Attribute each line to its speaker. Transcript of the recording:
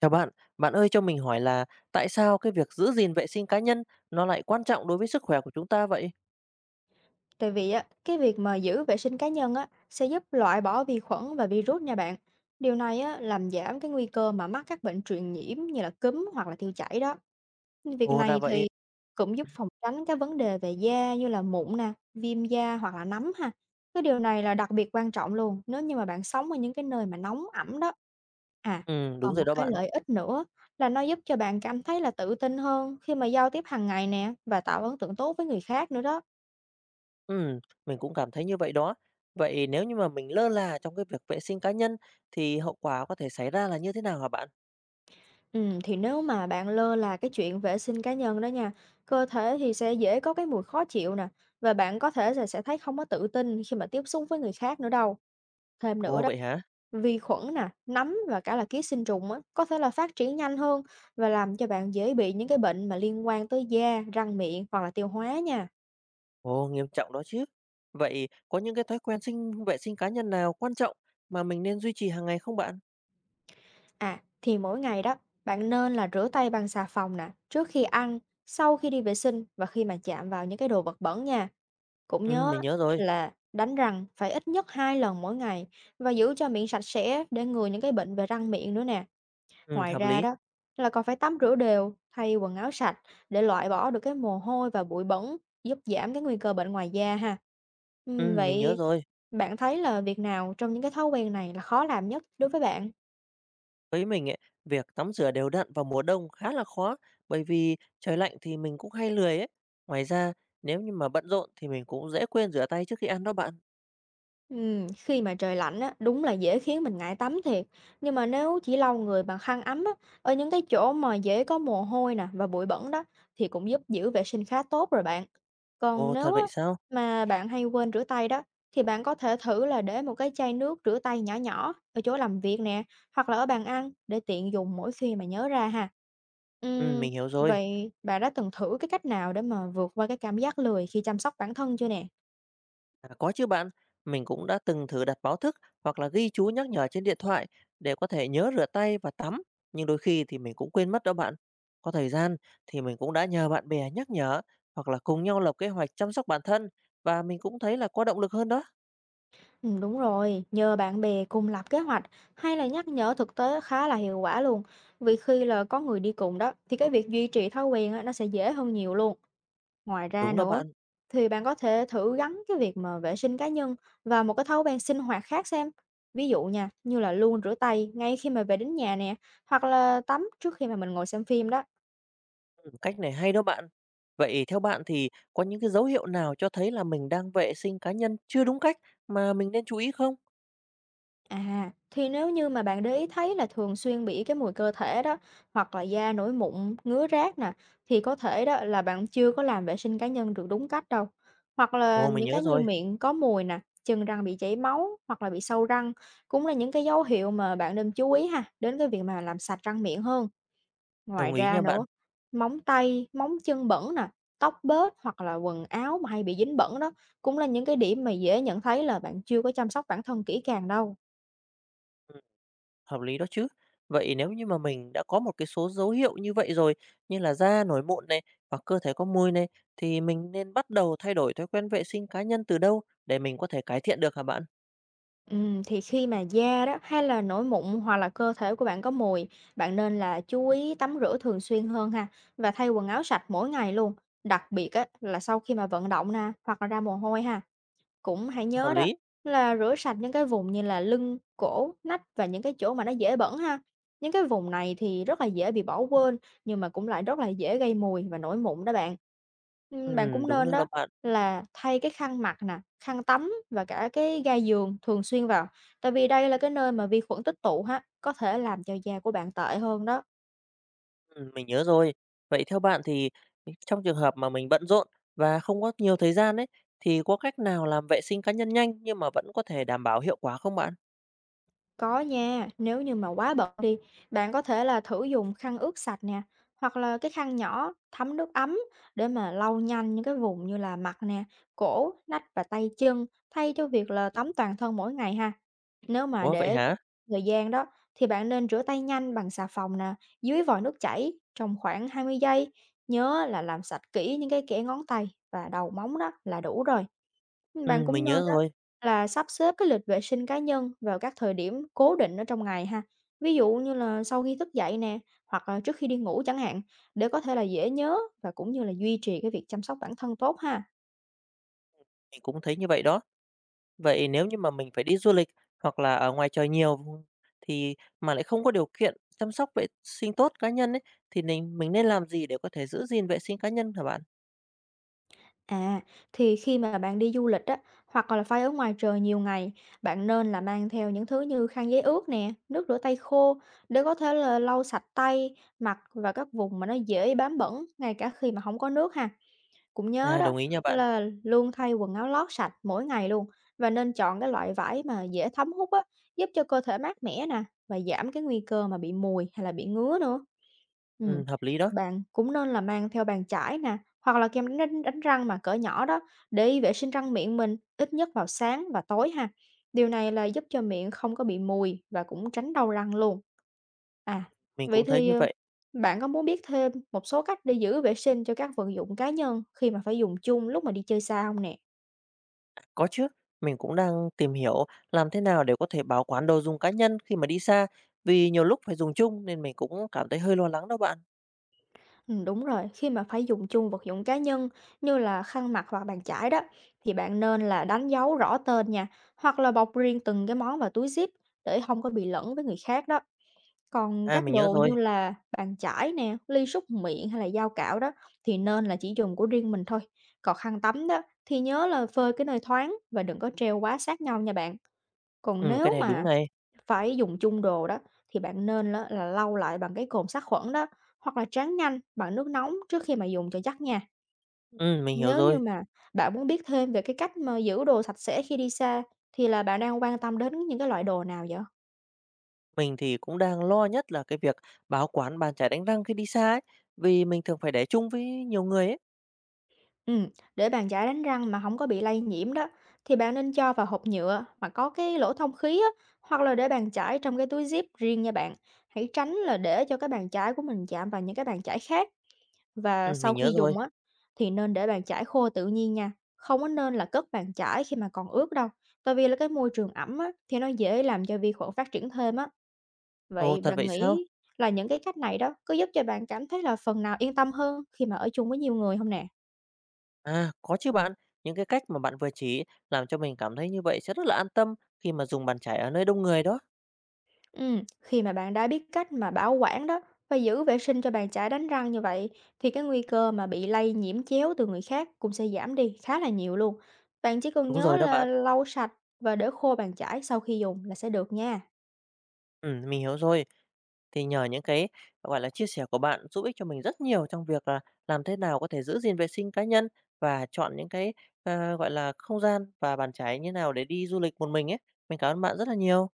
Speaker 1: Chào bạn, bạn ơi cho mình hỏi là tại sao cái việc giữ gìn vệ sinh cá nhân nó lại quan trọng đối với sức khỏe của chúng ta vậy?
Speaker 2: Tại vì á, cái việc mà giữ vệ sinh cá nhân á, sẽ giúp loại bỏ vi khuẩn và virus nha bạn. Điều này á, làm giảm cái nguy cơ mà mắc các bệnh truyền nhiễm như là cúm hoặc là tiêu chảy đó. Việc
Speaker 1: Ồ ra
Speaker 2: này
Speaker 1: vậy.
Speaker 2: thì cũng giúp phòng tránh các vấn đề về da như là mụn nè, viêm da hoặc là nấm ha. Cái điều này là đặc biệt quan trọng luôn nếu như mà bạn sống ở những cái nơi mà nóng ẩm đó. À,
Speaker 1: Ừ, đúng
Speaker 2: còn
Speaker 1: rồi
Speaker 2: một
Speaker 1: đó
Speaker 2: cái
Speaker 1: bạn.
Speaker 2: lợi ích nữa là nó giúp cho bạn cảm thấy là tự tin hơn khi mà giao tiếp hàng ngày nè và tạo ấn tượng tốt với người khác nữa đó.
Speaker 1: Ừ, mình cũng cảm thấy như vậy đó. Vậy nếu như mà mình lơ là trong cái việc vệ sinh cá nhân thì hậu quả có thể xảy ra là như thế nào hả bạn?
Speaker 2: Thì nếu mà bạn lơ là cái chuyện vệ sinh cá nhân đó nha, cơ thể thì sẽ dễ có cái mùi khó chịu nè, và bạn có thể là sẽ thấy không có tự tin khi mà tiếp xúc với người khác nữa đâu. Thêm nữa
Speaker 1: Ồ
Speaker 2: đó,
Speaker 1: vậy hả?
Speaker 2: vi khuẩn nè, nấm và cả là ký sinh trùng á, có thể là phát triển nhanh hơn và làm cho bạn dễ bị những cái bệnh mà liên quan tới da, răng miệng hoặc là tiêu hóa nha.
Speaker 1: Ồ nghiêm trọng đó chứ. Vậy có những cái thói quen sinh vệ sinh cá nhân nào quan trọng mà mình nên duy trì hàng ngày không bạn?
Speaker 2: À, thì mỗi ngày đó, bạn nên là rửa tay bằng xà phòng nè, trước khi ăn, sau khi đi vệ sinh và khi mà chạm vào những cái đồ vật bẩn nha. Cũng
Speaker 1: Ừ,
Speaker 2: nhớ
Speaker 1: mình
Speaker 2: á
Speaker 1: nhớ rồi.
Speaker 2: là đánh răng phải ít nhất 2 lần mỗi ngày và giữ cho miệng sạch sẽ để ngừa những cái bệnh về răng miệng nữa nè.
Speaker 1: Ừ,
Speaker 2: Ngoài
Speaker 1: hợp
Speaker 2: ra
Speaker 1: lý.
Speaker 2: đó là còn phải tắm rửa đều, thay quần áo sạch để loại bỏ được cái mồ hôi và bụi bẩn, giúp giảm cái nguy cơ bệnh ngoài da ha.
Speaker 1: Ừ, mình nhớ
Speaker 2: Vậy
Speaker 1: rồi.
Speaker 2: bạn thấy là việc nào trong những cái thói quen này là khó làm nhất đối với bạn?
Speaker 1: Với mình ấy, việc tắm rửa đều đặn vào mùa đông khá là khó bởi vì trời lạnh thì mình cũng hay lười ấy. Ngoài ra, nếu như mà bận rộn thì mình cũng dễ quên rửa tay trước khi ăn đó bạn.
Speaker 2: Khi mà trời lạnh á, đúng là dễ khiến mình ngại tắm thiệt. Nhưng mà nếu chỉ lau người bằng khăn ấm á, ở những cái chỗ mà dễ có mồ hôi nè và bụi bẩn đó thì cũng giúp giữ vệ sinh khá tốt rồi bạn. Còn
Speaker 1: Ồ, thật
Speaker 2: nếu á,
Speaker 1: vậy sao?
Speaker 2: mà bạn hay quên rửa tay đó thì bạn có thể thử là để một cái chai nước rửa tay nhỏ nhỏ ở chỗ làm việc nè hoặc là ở bàn ăn để tiện dùng mỗi khi mà nhớ ra ha.
Speaker 1: Ừ,
Speaker 2: Ừm,
Speaker 1: mình hiểu rồi.
Speaker 2: Vậy bạn đã từng thử cái cách nào để mà vượt qua cái cảm giác lười khi chăm sóc bản thân chưa nè?
Speaker 1: À, có chứ bạn, mình cũng đã từng thử đặt báo thức hoặc là ghi chú nhắc nhở trên điện thoại để có thể nhớ rửa tay và tắm, nhưng đôi khi thì mình cũng quên mất đó bạn. Có thời gian thì mình cũng đã nhờ bạn bè nhắc nhở hoặc là cùng nhau lập kế hoạch chăm sóc bản thân và mình cũng thấy là có động lực hơn đó.
Speaker 2: Ừ, đúng rồi, nhờ bạn bè cùng lập kế hoạch hay là nhắc nhở thực tế khá là hiệu quả luôn. Vì khi là có người đi cùng đó thì cái việc duy trì thói quen á, nó sẽ dễ hơn nhiều luôn. Ngoài ra
Speaker 1: Đúng đó
Speaker 2: nữa
Speaker 1: bạn.
Speaker 2: thì bạn có thể thử gắn cái việc mà vệ sinh cá nhân và một cái thói quen sinh hoạt khác xem. Ví dụ nha, như là luôn rửa tay ngay khi mà về đến nhà nè, hoặc là tắm trước khi mà mình ngồi xem phim đó.
Speaker 1: Cách này hay đó bạn. Vậy theo bạn thì có những cái dấu hiệu nào cho thấy là mình đang vệ sinh cá nhân chưa đúng cách mà mình nên chú ý không?
Speaker 2: À, thì nếu như mà bạn để ý thấy là thường xuyên bị cái mùi cơ thể đó hoặc là da nổi mụn, ngứa rát nè thì có thể đó là bạn chưa có làm vệ sinh cá nhân được đúng cách đâu. Hoặc là
Speaker 1: Ồ, mình
Speaker 2: những
Speaker 1: nhớ
Speaker 2: cái như
Speaker 1: rồi,
Speaker 2: miệng có mùi nè, chân răng bị chảy máu hoặc là bị sâu răng cũng là những cái dấu hiệu mà bạn nên chú ý ha đến cái việc mà làm sạch răng miệng hơn. Ngoài
Speaker 1: đồng ý
Speaker 2: ra
Speaker 1: nha bạn.
Speaker 2: nữa, móng tay, móng chân bẩn nè, tóc bết hoặc là quần áo mà hay bị dính bẩn đó cũng là những cái điểm mà dễ nhận thấy là bạn chưa có chăm sóc bản thân kỹ càng đâu.
Speaker 1: Ừ, hợp lý đó chứ. Vậy nếu như mà mình đã có một cái số dấu hiệu như vậy rồi, như là da nổi mụn này hoặc cơ thể có mùi này, thì mình nên bắt đầu thay đổi thói quen vệ sinh cá nhân từ đâu để mình có thể cải thiện được hả bạn?
Speaker 2: Thì khi mà da đó hay là nổi mụn hoặc là cơ thể của bạn có mùi, bạn nên là chú ý tắm rửa thường xuyên hơn ha và thay quần áo sạch mỗi ngày luôn, đặc biệt á, là sau khi mà vận động nè hoặc là ra mồ hôi ha. Cũng hãy
Speaker 1: Hợp
Speaker 2: nhớ đó
Speaker 1: lý.
Speaker 2: là rửa sạch những cái vùng như là lưng, cổ, nách và những cái chỗ mà nó dễ bẩn ha. Những cái vùng này thì rất là dễ bị bỏ quên nhưng mà cũng lại rất là dễ gây mùi và nổi mụn đó bạn. Bạn
Speaker 1: Ừ,
Speaker 2: cũng
Speaker 1: đúng
Speaker 2: nên
Speaker 1: rồi đó
Speaker 2: đó
Speaker 1: bạn.
Speaker 2: là thay cái khăn mặt nè, khăn tắm và cả cái ga giường thường xuyên vào. Tại vì đây là cái nơi mà vi khuẩn tích tụ ha, có thể làm cho da của bạn tệ hơn đó.
Speaker 1: Mình nhớ rồi. Vậy theo bạn thì trong trường hợp mà mình bận rộn và không có nhiều thời gian ấy, thì có cách nào làm vệ sinh cá nhân nhanh nhưng mà vẫn có thể đảm bảo hiệu quả không bạn?
Speaker 2: Có nha, nếu như mà quá bận đi, bạn có thể là thử dùng khăn ướt sạch nè, hoặc là cái khăn nhỏ thấm nước ấm để mà lau nhanh những cái vùng như là mặt nè, cổ, nách và tay chân thay cho việc là tắm toàn thân mỗi ngày ha. Nếu mà
Speaker 1: Ủa vậy
Speaker 2: để tiết
Speaker 1: hả?
Speaker 2: thời gian đó thì bạn nên rửa tay nhanh bằng xà phòng nè, dưới vòi nước chảy trong khoảng 20 giây. Nhớ là làm sạch kỹ những cái kẽ ngón tay và đầu móng đó là đủ rồi. Bạn
Speaker 1: Mình
Speaker 2: cũng
Speaker 1: nhớ
Speaker 2: nên á
Speaker 1: rồi,
Speaker 2: là sắp xếp cái lịch vệ sinh cá nhân vào các thời điểm cố định ở trong ngày ha. Ví dụ như là sau khi thức dậy nè, hoặc là trước khi đi ngủ chẳng hạn, để có thể là dễ nhớ và cũng như là duy trì cái việc chăm sóc bản thân tốt ha.
Speaker 1: mình cũng thấy như vậy đó. Vậy nếu như mà mình phải đi du lịch hoặc là ở ngoài trời nhiều vùng- thì mà lại không có điều kiện chăm sóc vệ sinh tốt cá nhân ấy, thì mình nên làm gì để có thể giữ gìn vệ sinh cá nhân hả bạn?
Speaker 2: À, thì khi mà bạn đi du lịch á, hoặc là phải ở ngoài trời nhiều ngày, bạn nên là mang theo những thứ như khăn giấy ướt nè, nước rửa tay khô để có thể là lau sạch tay, mặt và các vùng mà nó dễ bám bẩn ngay cả khi mà không có nước ha. Cũng nhớ
Speaker 1: À,
Speaker 2: đó,
Speaker 1: đồng ý nha bạn.
Speaker 2: là luôn thay quần áo lót sạch mỗi ngày luôn và nên chọn cái loại vải mà dễ thấm hút á, giúp cho cơ thể mát mẻ nè và giảm cái nguy cơ mà bị mùi hay là bị ngứa nữa. Ừm,
Speaker 1: Hợp lý đó,
Speaker 2: Bạn cũng nên là mang theo bàn chải nè, hoặc là kem đánh đánh đánh răng mà cỡ nhỏ đó để vệ sinh răng miệng mình ít nhất vào sáng và tối ha. Điều này là giúp cho miệng không có bị mùi và cũng tránh đau răng luôn. À,
Speaker 1: mình
Speaker 2: vậy
Speaker 1: cũng thấy
Speaker 2: thì
Speaker 1: như vậy.
Speaker 2: bạn có muốn biết thêm một số cách để giữ vệ sinh cho các vật dụng cá nhân khi mà phải dùng chung lúc mà đi chơi xa không nè?
Speaker 1: Có chứ, mình cũng đang tìm hiểu làm thế nào để có thể bảo quản đồ dùng cá nhân khi mà đi xa, vì nhiều lúc phải dùng chung nên mình cũng cảm thấy hơi lo lắng đó bạn.
Speaker 2: Ừ, đúng rồi, khi mà phải dùng chung vật dụng cá nhân như là khăn mặt hoặc bàn chải đó thì bạn nên là đánh dấu rõ tên nha hoặc là bọc riêng từng cái món vào túi zip để không có bị lẫn với người khác đó. Còn
Speaker 1: À,
Speaker 2: các
Speaker 1: mình nhớ
Speaker 2: đồ
Speaker 1: rồi,
Speaker 2: như là bàn chải nè, ly súc miệng hay là dao cạo đó thì nên là chỉ dùng của riêng mình thôi. Còn khăn tắm đó thì nhớ là phơi cái nơi thoáng và đừng có treo quá sát nhau nha bạn. Còn
Speaker 1: ừ, cái
Speaker 2: nếu
Speaker 1: này đúng
Speaker 2: mà
Speaker 1: này,
Speaker 2: phải dùng chung đồ đó, thì bạn nên á là lau lại bằng cái cồn sát khuẩn đó, hoặc là tráng nhanh bằng nước nóng trước khi mà dùng cho chắc nha.
Speaker 1: ừ, mình hiểu
Speaker 2: Nếu như
Speaker 1: rồi.
Speaker 2: mà bạn muốn biết thêm về cái cách mà giữ đồ sạch sẽ khi đi xa, thì là bạn đang quan tâm đến những cái loại đồ nào vậy?
Speaker 1: Mình thì cũng đang lo nhất là cái việc bảo quản bàn chải đánh răng khi đi xa ấy, vì mình thường phải để chung với nhiều người ấy.
Speaker 2: Ừm, để bàn chải đánh răng mà không có bị lây nhiễm đó, thì bạn nên cho vào hộp nhựa mà có cái lỗ thông khí á, hoặc là để bàn chải trong cái túi zip riêng nha bạn. Hãy tránh là để cho cái bàn chải của mình chạm vào những cái bàn chải khác. Và
Speaker 1: Ừ, mình
Speaker 2: sau
Speaker 1: nhớ
Speaker 2: khi
Speaker 1: rồi.
Speaker 2: dùng á, thì nên để bàn chải khô tự nhiên nha, không có nên là cất bàn chải khi mà còn ướt đâu, tại vì là cái môi trường ẩm á, thì nó dễ làm cho vi khuẩn phát triển thêm á.
Speaker 1: Ồ,
Speaker 2: Vậy
Speaker 1: thật vậy
Speaker 2: bạn
Speaker 1: sao?
Speaker 2: nghĩ là những cái cách này đó có giúp cho bạn cảm thấy là phần nào yên tâm hơn khi mà ở chung với nhiều người không nè?
Speaker 1: À, có chứ bạn, những cái cách mà bạn vừa chỉ làm cho mình cảm thấy như vậy sẽ rất là an tâm khi mà dùng bàn chải ở nơi đông người đó.
Speaker 2: Khi mà bạn đã biết cách mà bảo quản đó và giữ vệ sinh cho bàn chải đánh răng như vậy thì cái nguy cơ mà bị lây nhiễm chéo từ người khác cũng sẽ giảm đi khá là nhiều luôn. Bạn chỉ cần
Speaker 1: Đúng
Speaker 2: nhớ
Speaker 1: rồi đó
Speaker 2: là
Speaker 1: bạn.
Speaker 2: lau sạch và để khô bàn chải sau khi dùng là sẽ được nha.
Speaker 1: Mình hiểu rồi. Thì nhờ những cái, gọi là, chia sẻ của bạn giúp ích cho mình rất nhiều trong việc là làm thế nào có thể giữ gìn vệ sinh cá nhân và chọn những cái, gọi là, không gian và bàn chải như nào để đi du lịch một mình ấy. Mình cảm ơn bạn rất là nhiều.